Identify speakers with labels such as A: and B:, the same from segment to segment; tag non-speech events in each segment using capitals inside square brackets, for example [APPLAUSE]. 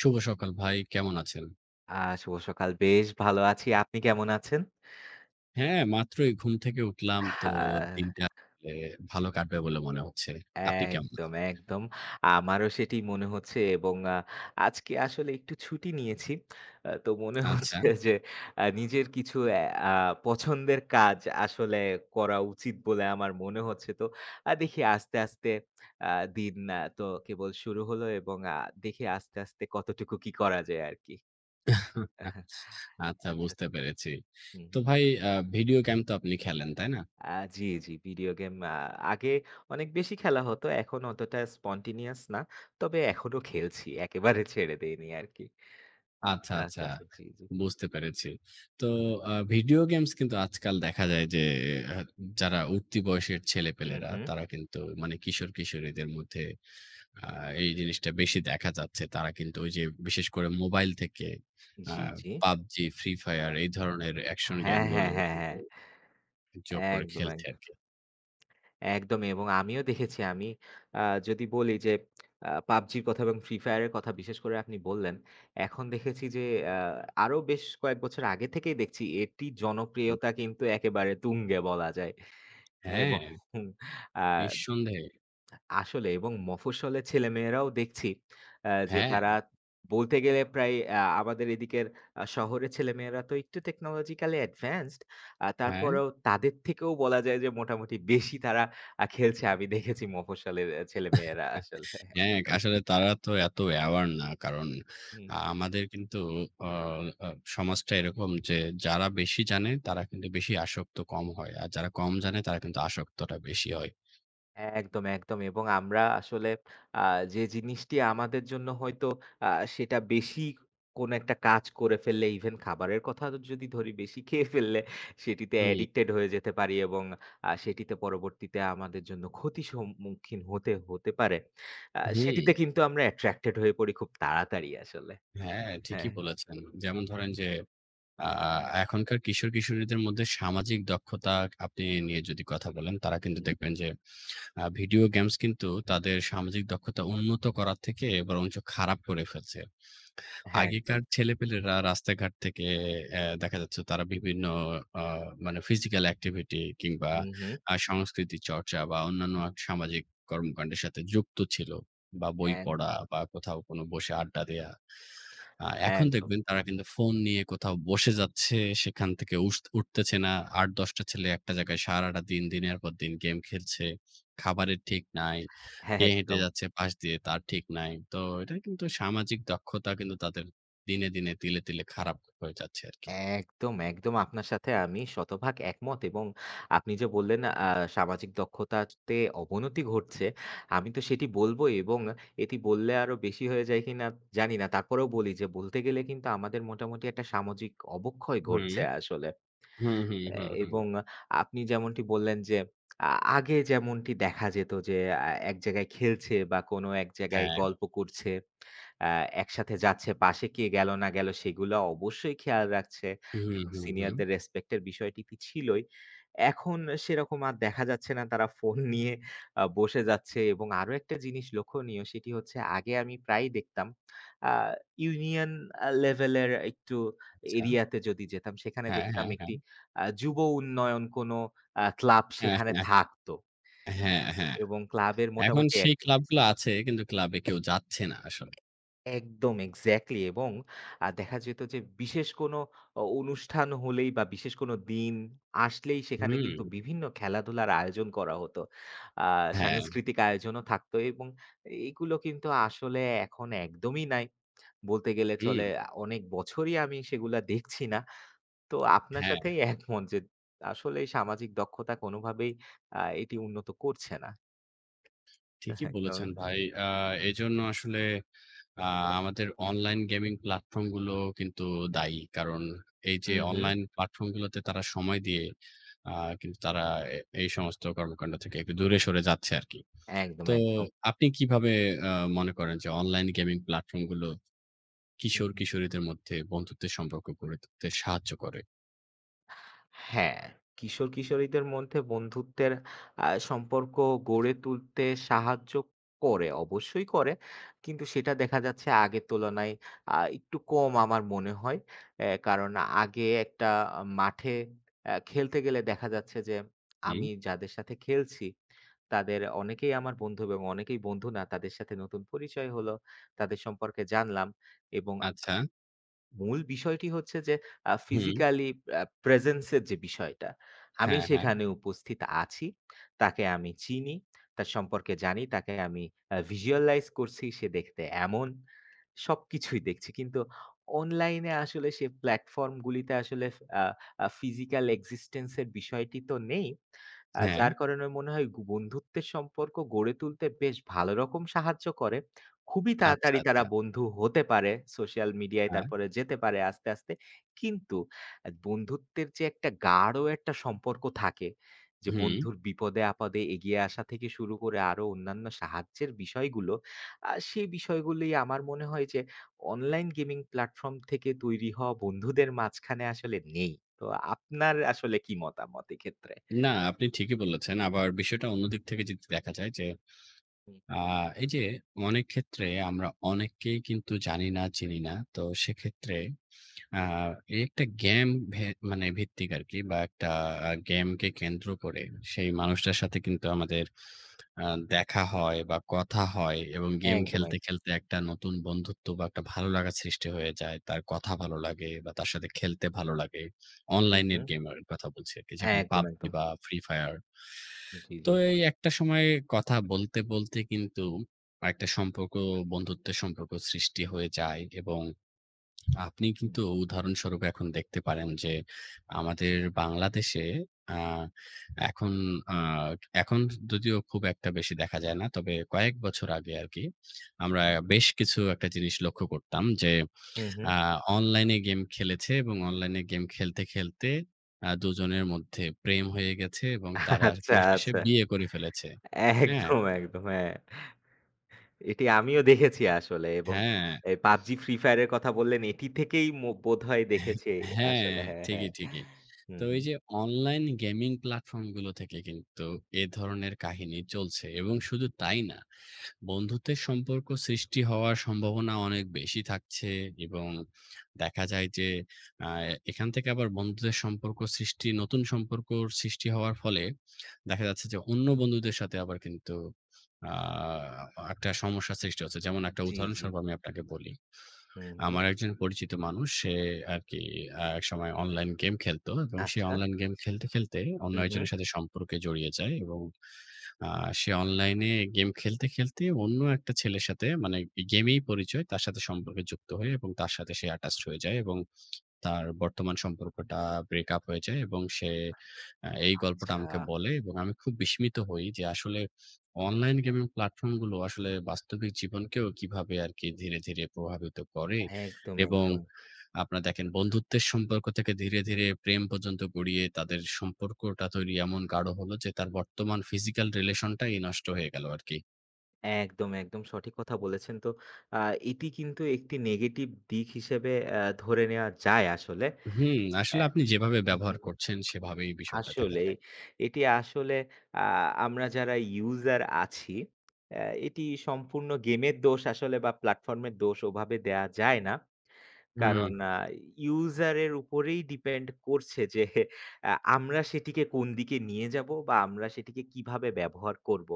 A: শুভ সকাল ভাই। কেমন আছেন?
B: আ শুভ সকাল। বেশ ভালো আছি। আপনি কেমন আছেন?
A: হ্যাঁ, মাত্রই ঘুম থেকে উঠলাম।
B: আ
A: দিনটা আসলে ভালো কাটবে বলে মনে হচ্ছে। আপনি কেমন
B: একদম,
A: আছেন?
B: একদম। আমারও সেটি মনে হচ্ছে এবং আজকে আসলে একটু ছুটি নিয়েছি। তো মনে
A: আচ্ছা।
B: হচ্ছে যে নিজের কিছু অ্যা আ পছন্দের কাজ আসলে করা উচিত বলে আমার মনে হচ্ছে। তো দেখি আস্তে, আস্তে আ দিন তো কেবল শুরু হলো এবং দেখি আস্তে, আস্তে কতটুকু কি করা যায় আরকি।
A: আচ্ছা,
B: আচ্ছা,
A: বুঝতে
B: আচ্ছা।
A: পেরেছি।
B: হুম,
A: তো
B: হুম।
A: ভাই, ভিডিও গেম তো আপনি খেলেন, তাই না?
B: আ জি, জি। ভিডিও গেম আগে অনেক বেশি খেলা হতো। এখন অতটা spontaneous না। তবে এখনো খেলছি। একেবারে ছেড়ে দেইনি আরকি।
A: আচ্ছা, আচ্ছা।
B: আচ্ছা, আচ্ছা। জি, জি।
A: বুঝতে পেরেছি। তো আ ভিডিও গেমস কিন্তু আজকাল দেখা যায় যে আ যারা উঠতি বয়সের
B: হুম,
A: ছেলেপেলেরা
B: হুম।
A: তারা কিন্তু মানে কিশোর-কিশোরীদের মধ্যে আ এই জিনিসটা বেশি দেখা যাচ্ছে। তারা কিন্তু ওই যে বিশেষ করে মোবাইল থেকে আ
B: জি, জি।
A: PUBG, Free Fire এই ধরনের অ্যাকশন গেম
B: হ্যাঁ, হ্যাঁ,
A: গুলো
B: হ্যাঁ,
A: কিন্তু
B: হ্যাঁ।
A: যোগ
B: একদম,
A: করে খেলছে
B: একদম।
A: আরকি।
B: একদমই এবং আমিও দেখেছি আমি আ যদি বলি যে PUBG র কথা এবং Free Fire এর কথা বিশেষ করে আপনি বললেন। এখন দেখেছি যে আ আরো বেশ কয়েক বছর আগে থেকেই দেখছি এটির
A: হুম,
B: জনপ্রিয়তা কিন্তু একেবারে তুঙ্গে বলা যায় এবং
A: হ্যাঁ,
B: আ
A: নিঃসন্দেহে।
B: আসলে এবং মফস্বলের ছেলেমেয়েরাও দেখছি যে
A: হ্যাঁ,
B: তারা বলতে গেলে প্রায় আমাদের এদিকের শহরের ছেলেমেয়েরা তো একটু টেকনোলজিক্যালি অ্যাডভান্সড।
A: হ্যাঁ,
B: তারপরেও তাদের থেকেও বলা যায় যে মোটামুটি বেশি তারা খেলছে আমি দেখেছি মফস্বলের ছেলেমেয়েরা
A: আ
B: আসলে।
A: হ্যাঁ,
B: একদম।
A: আসলে তারা তো এত অ্যাওয়ার না। কারণ
B: হুম।
A: আমাদের কিন্তু অ আ সমাজটা এরকম যে যারা বেশি জানে তারা কিন্তু বেশি আসক্ত কম হয়। আর যারা কম জানে তারা কিন্তু আসক্তটা বেশি হয়।
B: একদম, একদম এবং আমরা আসলে আ যে জিনিসটি আমাদের জন্য হয়তো আ সেটা বেশি কোনো একটা কাজ করে ফেললে ইভেন খাবারের কথা যদি ধরি বেশি খেয়ে ফেললে সেটিতে
A: হুম,
B: অ্যাডিক্টেড হয়ে যেতে পারি এবং সেটিতে পরবর্তীতে আমাদের জন্য ক্ষতি সম্মুখীন হতে পারে।
A: হুম,
B: সেটিতে কিন্তু আমরা অ্যাট্রাক্টেড হয়ে পড়ি খুব তাড়াতাড়ি আসলে।
A: হ্যাঁ, ঠিকই
B: হ্যাঁ,
A: বলেছেন। যেমন ধরেন যে আ
B: হুম,
A: এখনকার কিশোর-কিশোরীদের মধ্যে সামাজিক দক্ষতা আপনি নিয়ে যদি কথা বলেন, তারা কিন্তু
B: হুম,
A: দেখবেন যে ভিডিও গেমস কিন্তু তাদের সামাজিক দক্ষতা উন্নত করার থেকে বরঞ্চ খারাপ করে ফেলছে।
B: হ্যাঁ, একদম।
A: আগেকার ছেলেপেলেরা রাস্তাঘাট থেকে দেখা যাচ্ছে তারা বিভিন্ন আ মানে ফিজিক্যাল অ্যাক্টিভিটি কিংবা
B: হুম, হুম,
A: সংস্কৃতি চর্চা বা অন্যান্য সামাজিক কর্মকাণ্ডের সাথে যুক্ত ছিল, বা বই
B: এক
A: পড়া বা কোথাও কোনো বসে আড্ডা দেয়া। এখন
B: একদম,
A: দেখবেন তারা কিন্তু ফোন নিয়ে কোথাও বসে যাচ্ছে, সেখান থেকে উঠতেছে না। ৮-১০ টা ছেলে একটা জায়গায় সারাটা দিন, দিনের পর দিন গেম খেলছে। খাবারের ঠিক নাই।
B: হ্যাঁ,
A: কে হেঁটে
B: একদম।
A: যাচ্ছে পাশ দিয়ে তার ঠিক নাই। তো এটা কিন্তু সামাজিক দক্ষতা কিন্তু তাদের দিনে, দিনে তিলে, তিলে খারাপ হয়ে যাচ্ছে আরকি।
B: একদম, একদম আপনার সাথে আমি শতভাগ একমত এবং আপনি যে বললেন সামাজিক দক্ষতাতে অবনতি ঘটছে, আমি তো সেটি বলবোই এবং এটি বললে আরো বেশি হয়ে যায় কিনা জানি না। তারপরেও বলি যে বলতে গেলে কিন্তু আমাদের মোটামুটি একটা সামাজিক অবক্ষয়
A: হুম,
B: ঘটছে আসলে।
A: হুম, হুম,
B: এ
A: হুম, হুম।
B: এবং আপনি যেমনটি বললেন যে, আ আগে যেমনটি দেখা যেত যে, এক জায়গায় খেলছে বা কোনো এক জায়গায়
A: হ্যাঁ।
B: গল্প করছে, আ একসাথে যাচ্ছে, পাশে কে গেল না গেল সেগুলো অবশ্যই খেয়াল রাখছে
A: হুম,
B: এবং
A: হুম, হুম।
B: সিনিয়রদের রেসপেক্ট এর বিষয়টি ছিলই। এখন সেরকম আর দেখা যাচ্ছে না তারা ফোন নিয়ে বসে যাচ্ছে এবং আরো একটা জিনিস লক্ষণীয় সেটি হচ্ছে আগে আমি প্রায়ই দেখতাম আ ইউনিয়ন লেভেলের একটু
A: আচ্ছা।
B: এরিয়াতে যদি যেতাম সেখানে
A: হ্যাঁ,
B: দেখতাম
A: হ্যাঁ, হ্যাঁ।
B: একটি যুব উন্নয়ন কোনো ক্লাব
A: হ্যাঁ,
B: সেখানে
A: হ্যাঁ।
B: থাকতো
A: হ্যাঁ, হ্যাঁ।
B: এবং ক্লাবের
A: এখন
B: মোটামুটি
A: সেই
B: অ্যাক্টিভিটিস
A: ক্লাবগুলো
B: থাকতো
A: আছে কিন্তু ক্লাবে কেউ যাচ্ছে না আসলে।
B: একদম এক্সাক্টলি এবং দেখা যেত যে বিশেষ কোনো অনুষ্ঠান হলেই বা বিশেষ কোনো দিন আসলেই সেখানে
A: হুম।
B: কিন্তু বিভিন্ন খেলাধুলার আয়োজন করা হতো। আ
A: হ্যাঁ।
B: সাংস্কৃতিক আয়োজনও থাকতো এবং এগুলো কিন্তু আসলে এখন একদমই নাই। বলতে গেলে চলে
A: হুম।
B: আ অনেক বছরই আমি সেগুলা দেখছি না। তো আপনার
A: হ্যাঁ,
B: সাথেই একমত যে আসলে এই সামাজিক দক্ষতা কোনোভাবেই এটি উন্নত করছে না।
A: ঠিকই
B: [LAUGHS] একদম।
A: বলেছেন ভাই। আ এজন্য আসলে আ আমাদের অনলাইন গেমিং প্ল্যাটফর্ম গুলো কিন্তু দায়ী। কারণ এই যে
B: হু, হু।
A: অনলাইন প্ল্যাটফর্ম গুলোতে তারা সময় দিয়ে আ কিন্তু তারা এই সমস্ত কর্মকাণ্ড থেকে একটু দূরে সরে যাচ্ছে আরকি।
B: একদম,
A: তো
B: একদম।
A: আপনি কিভাবে আ মনে করেন যে অনলাইন গেমিং প্ল্যাটফর্ম গুলো
B: হু, হু।
A: কিশোর-কিশোরীদের মধ্যে বন্ধুত্বের সম্পর্ক গড়ে তুলতে সাহায্য করে?
B: হ্যাঁ, কিশোর-কিশোরীদের মধ্যে বন্ধুত্বের সম্পর্ক গড়ে তুলতে সাহায্য করে, অবশ্যই করে। কিন্তু সেটা দেখা যাচ্ছে আগের তুলনায় একটু কম আমার মনে হয়। কারণ আগে একটা মাঠে খেলতে গেলে দেখা যাচ্ছে যে,
A: হুম,
B: আমি যাদের সাথে খেলছি, তাদের অনেকেই আমার বন্ধু এবং অনেকেই বন্ধু না। তাদের সাথে নতুন পরিচয় হলো, তাদের সম্পর্কে জানলাম এবং
A: আচ্ছা।
B: মূল বিষয়টি হচ্ছে যে
A: হুম।
B: ফিজিক্যালি প্রেজেন্স এর যে বিষয়টা। আমি
A: হ্যাঁ, হ্যাঁ।
B: সেখানে উপস্থিত আছি। তাকে আমি চিনি, তার সম্পর্কে জানি, তাকে আমি visualize করছি সে দেখতে এমন। সবকিছুই দেখছি। কিন্তু অনলাইনে আসলে সে প্লাটফর্ম গুলিতে আসলে আ আ ফিজিক্যাল এক্সিস্টেন্স এর বিষয়টি তো নেই।
A: হ্যাঁ।
B: যার কারণে মনে হয় বন্ধুত্বের সম্পর্ক গড়ে তুলতে বেশ ভালো রকম সাহায্য করে। খুবই হুম।
A: আচ্ছা,
B: তাড়াতাড়ি তারা
A: আচ্ছা।
B: বন্ধু হতে পারে। সোশ্যাল মিডিয়ায়
A: হ্যাঁ।
B: তারপরে যেতে পারে আস্তে, আস্তে। কিন্তু বন্ধুত্বের যে একটা গাঢ় একটা সম্পর্ক থাকে, যে
A: হুম।
B: বন্ধুর বিপদে-আপদে এগিয়ে আসা থেকে শুরু করে আরো অন্যান্য সাহায্যের বিষয়গুলো সেই বিষয়গুলি আমার মনে হয় যে অনলাইন গেমিং প্ল্যাটফর্ম থেকে তৈরি হওয়া বন্ধুদের মাঝখানে আসলে নেই। তো আপনার আসলে কি মতামত এক্ষেত্রে?
A: না, আপনি ঠিকই বলেছেন। আবার বিষয়টা অন্য দিক থেকে যদি দেখা যায় যে,
B: হুম,
A: আ এই যে অনেক ক্ষেত্রে আমরা অনেককেই কিন্তু জানি না, চিনি না। তো সেক্ষেত্রে আ এই একটা গেম ভে মানে ভিত্তিক আরকি বা একটা গেমকে কেন্দ্র করে সেই মানুষটার সাথে কিন্তু আমাদের আ দেখা হয় বা কথা হয় এবং গেম
B: একদম,
A: খেলতে,
B: একদম।
A: খেলতে একটা নতুন বন্ধুত্ব বা একটা ভালো লাগা সৃষ্টি হয়ে যায়। তার কথা ভালো লাগে বা তার সাথে খেলতে ভালো লাগে।
B: হুম,
A: অনলাইনের
B: হুম।
A: গেমের কথা বলছি আরকি। যেমন
B: একদম,
A: PUBG
B: একদম।
A: বা Free Fire।
B: জি,
A: তো
B: জি।
A: এই একটা সময় কথা বলতে, বলতে কিন্তু একটা সম্পর্ক, বন্ধুত্বের সম্পর্ক সৃষ্টি হয়ে যায় এবং আপনি
B: হুম,
A: কিন্তু উদাহরণস্বরূপ এখন দেখতে পারেন যে আমাদের বাংলাদেশে আ এখন আ এখন যদিও খুব একটা বেশি দেখা যায় না। তবে কয়েক বছর আগে আরকি আমরা বেশ কিছু একটা জিনিস লক্ষ্য করতাম যে
B: হুম, হুম।
A: আ অনলাইনে গেম খেলেছে এবং অনলাইনে গেম খেলতে, খেলতে দুজনের মধ্যে প্রেম হয়ে গেছে এবং তারা
B: আচ্ছা,
A: পরিশেষে
B: আচ্ছা।
A: বিয়ে করে ফেলেছে। হ্যাঁ?
B: একদম, একদম। হ্যাঁ। এটি আমিও দেখেছি আসলে এবং
A: হ্যাঁ,
B: এই PUBG, Free Fire এর কথা বললেন এটি থেকেই বোধহয় দেখেছি
A: হ্যাঁ,
B: আসলে। হ্যাঁ, হ্যাঁ।
A: ঠিকই, ঠিকই। তো
B: হুম,
A: এই
B: হুম।
A: যে অনলাইন গেমিং প্ল্যাটফর্ম গুলো থেকে কিন্তু এ ধরনের কাহিনী চলছে এবং শুধু তাই না, বন্ধুত্বের সম্পর্ক সৃষ্টি হওয়ার সম্ভাবনা অনেক বেশি থাকছে এবং দেখা যায় যে আ এখান থেকে আবার বন্ধুদের সম্পর্ক সৃষ্টি, নতুন সম্পর্ক সৃষ্টি হওয়ার ফলে দেখা যাচ্ছে যে অন্য বন্ধুদের সাথে আবার কিন্তু আ একটা সমস্যা সৃষ্টি হচ্ছে। যেমন একটা
B: জি, জি।
A: উদাহরণস্বরূপ আমি আপনাকে বলি।
B: হুম, হুম।
A: আমার একজন পরিচিত মানুষ, সে আরকি একসময় অনলাইন গেম খেলতো এবং সে
B: আচ্ছা।
A: অনলাইন গেম খেলতে, খেলতে অন্য
B: হুম, হুম।
A: একজনের সাথে সম্পর্কে জড়িয়ে যায় এবং আ সে অনলাইনে গেম খেলতে, খেলতে অন্য একটা ছেলের সাথে, মানে গেমেই পরিচয়। তার সাথে সম্পর্কে যুক্ত হয়ে এবং তার সাথে সে attached হয়ে যায় এবং তার বর্তমান সম্পর্কটা ব্রেক আপ হয়ে যায় এবং সে এই গল্পটা
B: আচ্ছা।
A: আমাকে বলে এবং আমি খুব বিস্মিত হই যে আসলে অনলাইন গেমিং প্ল্যাটফর্ম গুলো আসলে বাস্তবিক জীবনকেও কিভাবে আরকি ধীরে, ধীরে প্রভাবিত করে
B: একদম,
A: এবং
B: একদম।
A: আপনার দেখেন বন্ধুত্বের সম্পর্ক থেকে ধীরে, ধীরে প্রেম পর্যন্ত গড়িয়ে তাদের সম্পর্কটা তৈরি এমন গাঢ় হলো যে তার বর্তমান ফিজিক্যাল রিলেশনটাই নষ্ট হয়ে গেল আরকি।
B: একদম, একদম সঠিক কথা বলেছেন। তো আ এটি কিন্তু একটি নেগেটিভ দিক হিসেবে ধরে নেওয়া যায় আসলে।
A: হুম,
B: অ্যা
A: আসলে আপনি যেভাবে
B: হুম,
A: ব্যবহার
B: হুম।
A: করছেন সেভাবেই বিষয়টা দেখা
B: আসলেই
A: যায়।
B: এটি আসলে আ আমরা যারা ইউজার আছি, অ্যা এটি সম্পূর্ণ গেমের দোষ আসলে বা প্ল্যাটফর্মের দোষ ওভাবে দেয়া যায় না।
A: হুম,
B: কারণ ইউজারের উপরেই ডিপেন্ড করছে যে আমরা সেটিকে কোন দিকে নিয়ে যাবো বা আমরা সেটিকে কিভাবে ব্যবহার করব।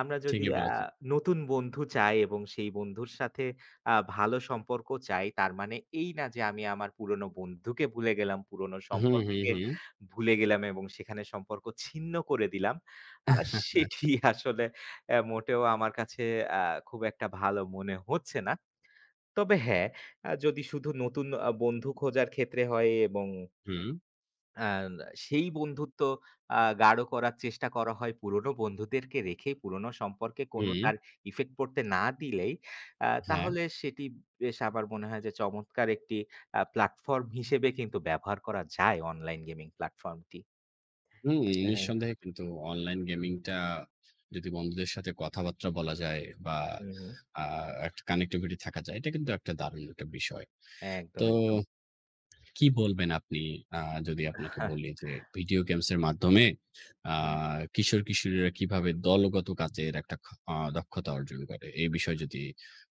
B: আমরা যদি
A: ঠিকই বলেছেন।
B: নতুন বন্ধু চাই এবং সেই বন্ধুর সাথে ভালো সম্পর্ক চাই, তার মানে এই না যে আমি আমার পুরনো বন্ধুকে ভুলে গেলাম, পুরনো
A: হুম, হুম,
B: সম্পর্ককে
A: হুম।
B: ভুলে গেলাম এবং সেখানে সম্পর্ক ছিন্ন করে দিলাম। আ সেটি
A: [LAUGHS]
B: [LAUGHS] আসলে মোটেও আমার কাছে আ খুব একটা ভালো মনে হচ্ছে না। তবে হ্যাঁ, যদি শুধু নতুন বন্ধু খোঁজার ক্ষেত্রে হয় এবং
A: হুম,
B: আ সেই বন্ধুত্ব গাঢ় করার চেষ্টা করা হয় পুরনো বন্ধুদেরকে রেখেই, পুরনো সম্পর্কে কোনো
A: হুম,
B: তার ইফেক্ট পড়তে না দিলেই,
A: হ্যাঁ।
B: তাহলে সেটি বেশ আমার মনে হয় যে চমৎকার একটি প্ল্যাটফর্ম হিসেবে কিন্তু ব্যবহার করা যায় অনলাইন গেমিং প্ল্যাটফর্মটি।
A: হুম,
B: হ্যাঁ।
A: নিঃসন্দেহে কিন্তু অনলাইন গেমিংটা যদি বন্ধুদের সাথে কথাবার্তা বলা যায় বা
B: হুম, হুম।
A: আ একটা কানেক্টিভিটি থাকা যায়, এটা কিন্তু একটা দারুণ একটা বিষয়। তো
B: একদম, একদম।
A: কি বলবেন আপনি, আ যদি আপনাকে বলি যে ভিডিও গেমস এর মাধ্যমে আ
B: হুম।
A: কিশোর-কিশোরীরা কিভাবে দলগত কাজের একটা খ আ দক্ষতা অর্জন করে? এই বিষয়ে যদি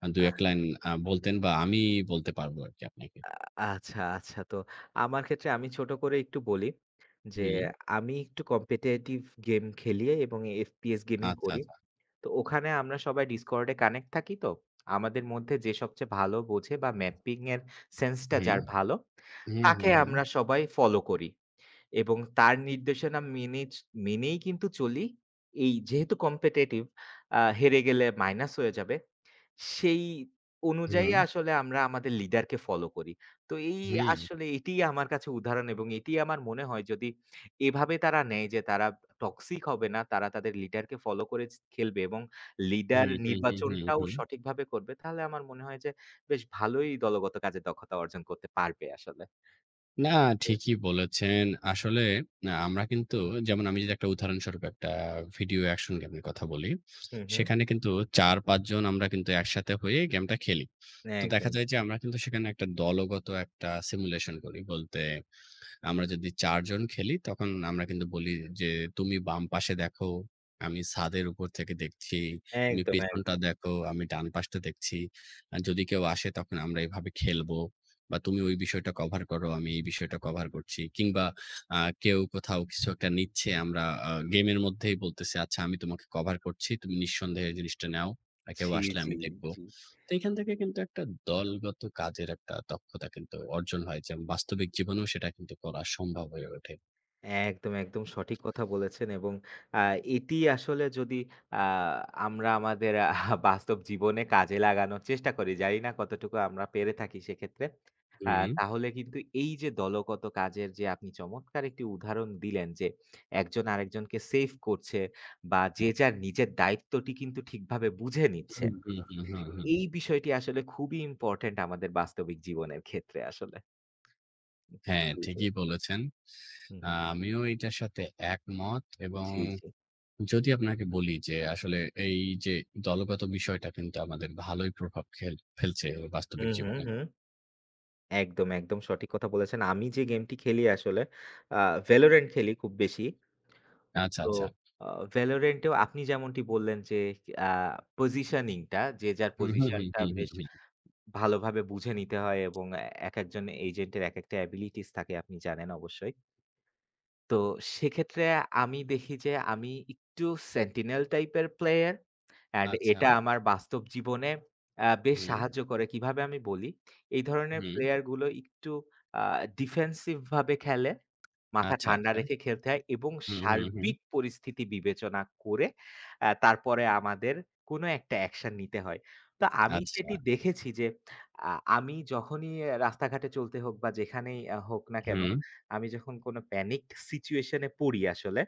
B: আ
A: ২-১ লাইন বলতেন বা আমি বলতে পারবো আরকি আপনাকে।
B: আচ্ছা, আচ্ছা। তো আমার ক্ষেত্রে আমি ছোট করে একটু বলি যে
A: হুম,
B: আমি একটু কম্পিটিটিভ গেম খেলি এবং FPS গেমিং
A: আচ্ছা,
B: করি।
A: আচ্ছা।
B: তো ওখানে আমরা সবাই ডিসকর্ডে কানেক্ট থাকি তো। আমাদের মধ্যে যে সবচেয়ে ভালো বোঝে বা ম্যাপিং এর সেন্সটা
A: হুম,
B: যার ভালো,
A: হুম, হুম,
B: তাকে
A: হুম,
B: আমরা সবাই ফলো করি। এবং তার নির্দেশনা মেনেই কিন্তু চলি। এই যেহেতু কম্পিটিটিভ হেরে গেলে মাইনাস হয়ে যাবে। সেই অনুযায়ী
A: হুম,
B: আসলে আমরা আমাদের লিডারকে ফলো করি। তো এই
A: হুম,
B: আসলে এটিই আমার কাছে উদাহরণ এবং এটি আমার মনে হয় যদি এভাবে তারা নেয় যে তারা টক্সিক হবে না, তারা তাদের লিডারকে ফলো করে খেলবে এবং
A: হুম,
B: লিডার
A: হুম, হুম, হুম,
B: নির্বাচনটাও
A: হুম।
B: সঠিকভাবে করবে, তাহলে আমার মনে হয় যে বেশ ভালোই দলগত কাজে দক্ষতা অর্জন করতে পারবে আসলে।
A: না, ঠিকই বলেছেন। আসলে আমরা কিন্তু, যেমন আমি যদি একটা উদাহরণস্বরূপ একটা ভিডিও অ্যাকশন গেমের কথা বলি।
B: হুম, হুম।
A: সেখানে কিন্তু ৪-৫ জন আমরা কিন্তু একসাথে হয়ে গেমটা খেলি। তো দেখা
B: একদম,
A: যায় যে আমরা কিন্তু সেখানে একটা দলগত একটা সিমুলেশন করি। বলতে আমরা যদি ৪ জন খেলি তখন আমরা কিন্তু বলি যে, "তুমি বাম পাশে দেখো, আমি ছাদের উপর থেকে দেখছি। তুমি
B: একদম,
A: পেছনটা
B: একদম।
A: দেখো, আমি ডান পাশটা দেখছি। আর যদি কেউ আসে তখন আমরা এভাবে খেলবো। বা তুমি ওই বিষয়টা কভার করো, আমি এই বিষয়টা কভার করছি।" কিংবা কেউ কোথাও কিছু একটা নিচ্ছে, আমরা গেমের মধ্যেই বলতেছি, "আচ্ছা আমি তোমাকে কভার করছি। তুমি নিঃসন্দেহে এই জিনিসটা নাও। আর কেউ
B: জি,
A: আসলে
B: জি,
A: আমি দেখব।"
B: জি।
A: তো এখান থেকে কিন্তু একটা দলগত কাজের একটা দক্ষতা কিন্তু অর্জন হয় যে বাস্তবিক জীবনেও সেটা কিন্তু করা সম্ভব হয়ে ওঠে।
B: একদম, একদম সঠিক কথা বলেছেন এবং আ এটি আসলে যদি আ আমরা আমাদের [LAUGHS] বাস্তব জীবনে কাজে লাগানোর চেষ্টা করি, জানি না কতটুকু আমরা পেরে থাকি সেক্ষেত্রে। হুম।
A: হুম,
B: তাহলে কিন্তু এই যে দলগত কাজের যে আপনি চমৎকার একটি উদাহরণ দিলেন যে, একজন আরেকজনকে সেভ করছে বা যে যার নিজের দায়িত্বটি কিন্তু ঠিকভাবে বুঝে নিচ্ছে।
A: হুম, হুম, হুম, হুম, হুম।
B: এই বিষয়টি আসলে খুবই ইম্পোর্টেন্ট আমাদের বাস্তবিক জীবনের ক্ষেত্রে আসলে।
A: হ্যাঁ,
B: জি, জি।
A: ঠিকই বলেছেন।
B: হুম, হুম।
A: আমিও এটার সাথে একমত এবং
B: জি, জি।
A: যদি আপনাকে বলি যে আসলে এই যে দলগত বিষয়টা কিন্তু আমাদের ভালোই প্রভাব খেল ফেলছে বাস্তবিক
B: হুম, হুম,
A: জীবনে।
B: হুম। একদম, একদম সঠিক কথা বলেছেন। আমি যে গেমটি খেলি আসলে আ Valorant খেলি খুব বেশি।
A: আচ্ছা,
B: তো
A: আচ্ছা।
B: আ Valorant এও আপনি যেমনটি বললেন যে আ পজিশনিং টা যে যার
A: হুম, হুম, হুম,
B: পজিশনটা
A: হুম, হুম,
B: বেশ
A: হুম।
B: ভালোভাবে বুঝে নিতে হয় এবং একেকজন এজেন্টের একেকটা অ্যাবিলিটিস থাকে আপনি জানেন অবশ্যই। তো সেক্ষেত্রে আমি দেখি যে আমি একটু সেন্টিনেল টাইপের প্লেয়ার। অ্যান্ড
A: আচ্ছা,
B: এটা আমার বাস্তব জীবনে বেশ
A: হুম,
B: সাহায্য করে। কিভাবে আমি বলি, এই ধরনের
A: হুম।
B: প্লেয়ার গুলো একটু আ ডিফেন্সিভ ভাবে খেলে, মাথা
A: আচ্ছা,
B: ঠান্ডা
A: আচ্ছা।
B: রেখে খেলতে হয় এবং
A: হুম, হুম, হুম।
B: সার্বিক পরিস্থিতি বিবেচনা করে তারপরে আমাদের কোনো একটা অ্যাকশন নিতে হয়। তো আমি
A: আচ্ছা,
B: সেটি দেখেছি যে আ আমি যখনই রাস্তাঘাটে চলতে হোক বা যেখানেই হোক না কেন,
A: হুম।
B: আমি যখন কোনো প্যানিকড সিচুয়েশন এ পড়ি আসলে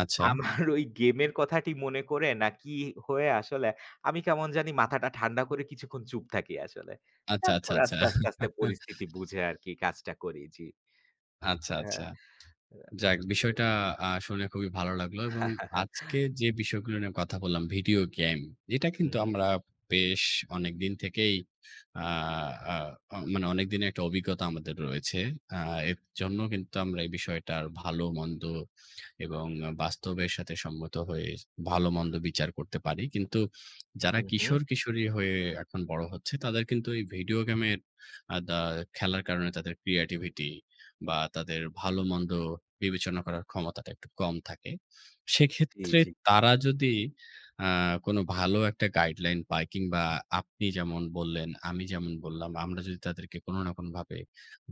A: আচ্ছা,
B: আমার ওই গেমের কথাটি মনে করে না কি হয়ে আসলে আমি কেমন জানি মাথাটা ঠান্ডা করে কিছুক্ষণ চুপ থাকি আসলে।
A: আচ্ছা, আচ্ছা,
B: তারপর
A: আচ্ছা।
B: আস্তে, আস্তে, আস্তে
A: [LAUGHS]
B: পরিস্থিতি বুঝে আরকি কাজটা করি। জি।
A: আচ্ছা,
B: হ্যাঁ।
A: আচ্ছা। যাক, বিষয়টা শুনে খুবই ভালো লাগলো এবং আজকে যে বিষয়গুলো নিয়ে কথা বললাম ভিডিও গেম। এটা
B: হু,
A: কিন্তু
B: হু,
A: আমরা বেশ অনেকদিন থেকেই, আ আ অ মানে অনেকদিনের একটা অভিজ্ঞতা আমাদের রয়েছে। আ এর জন্য কিন্তু আমরা এই বিষয়টার ভালো-মন্দ এবং বাস্তবের সাথে সম্মত হয়ে ভালো-মন্দ বিচার করতে পারি। কিন্তু
B: হু,
A: যারা
B: হু,
A: কিশোর-কিশোরী হয়ে এখন বড় হচ্ছে, তাদের কিন্তু এই ভিডিও গেমের আ দা খেলার কারণে তাদের ক্রিয়েটিভিটি বা তাদের ভালো-মন্দ বিবেচনা করার ক্ষমতাটা একটু কম থাকে।
B: জি,
A: সেক্ষেত্রে
B: জি।
A: তারা যদি আ কোনো ভালো একটা গাইডলাইন পায় কিংবা আপনি যেমন বললেন, আমি যেমন বললাম, আমরা যদি তাদেরকে কোনো না কোনোভাবে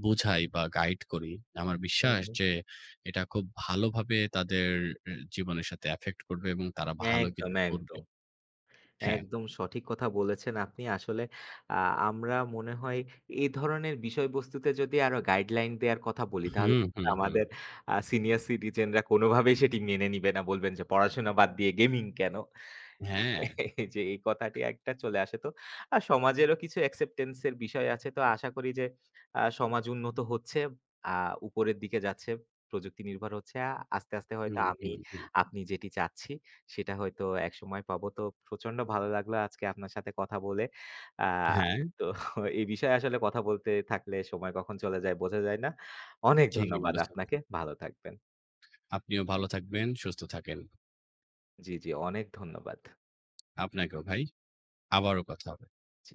A: বুঝাই বা গাইড করি, আমার
B: হু,
A: বিশ্বাস
B: হু।
A: যে এটা খুব ভালোভাবে তাদের জীবনের সাথে এফেক্ট করবে এবং তারা ভালো
B: একদম,
A: কিছু করবে।
B: একদম।
A: হ্যাঁ।
B: একদম সঠিক কথা বলেছেন আপনি। আসলে আ আমরা মনে হয় এই ধরনের বিষয়বস্তুতে যদি আরো গাইডলাইন দেয়ার কথা বলি তাহলে
A: হুম, হুম, হুম।
B: আমাদের সিনিয়র সিটিজেনরা কোনোভাবেই সেটি মেনে নিবে না। বলবেন যে পড়াশোনা বাদ দিয়ে গেমিং কেন?
A: হ্যাঁ।
B: [LAUGHS] এই যে এই কথাটি একটা চলে আসে তো। সমাজেরও কিছু acceptance এর বিষয় আছে। তো আশা করি যে সমাজ উন্নত হচ্ছে, আ উপরের দিকে যাচ্ছে, প্রযুক্তি নির্ভর হচ্ছে। আস্তে, আস্তে হয়তো
A: হুম,
B: আমি
A: হুম, হুম।
B: আপনি যেটি চাচ্ছি সেটা হয়তো একসময় পাবো। তো প্রচন্ড ভালো লাগলো আজকে আপনার সাথে কথা বলে। আ
A: হ্যাঁ,
B: তো [LAUGHS] এই বিষয়ে আসলে কথা বলতে থাকলে সময় কখন চলে যায় বোঝা যায় না। অনেক
A: ঠিকই
B: ধন্যবাদ
A: বলেছেন।
B: আপনাকে। ভালো থাকবেন।
A: আপনিও ভালো থাকবেন, সুস্থ থাকেন।
B: জি, জি অনেক ধন্যবাদ।
A: আপনাকেও ভাই। আবারও কথা হবে।
B: জি।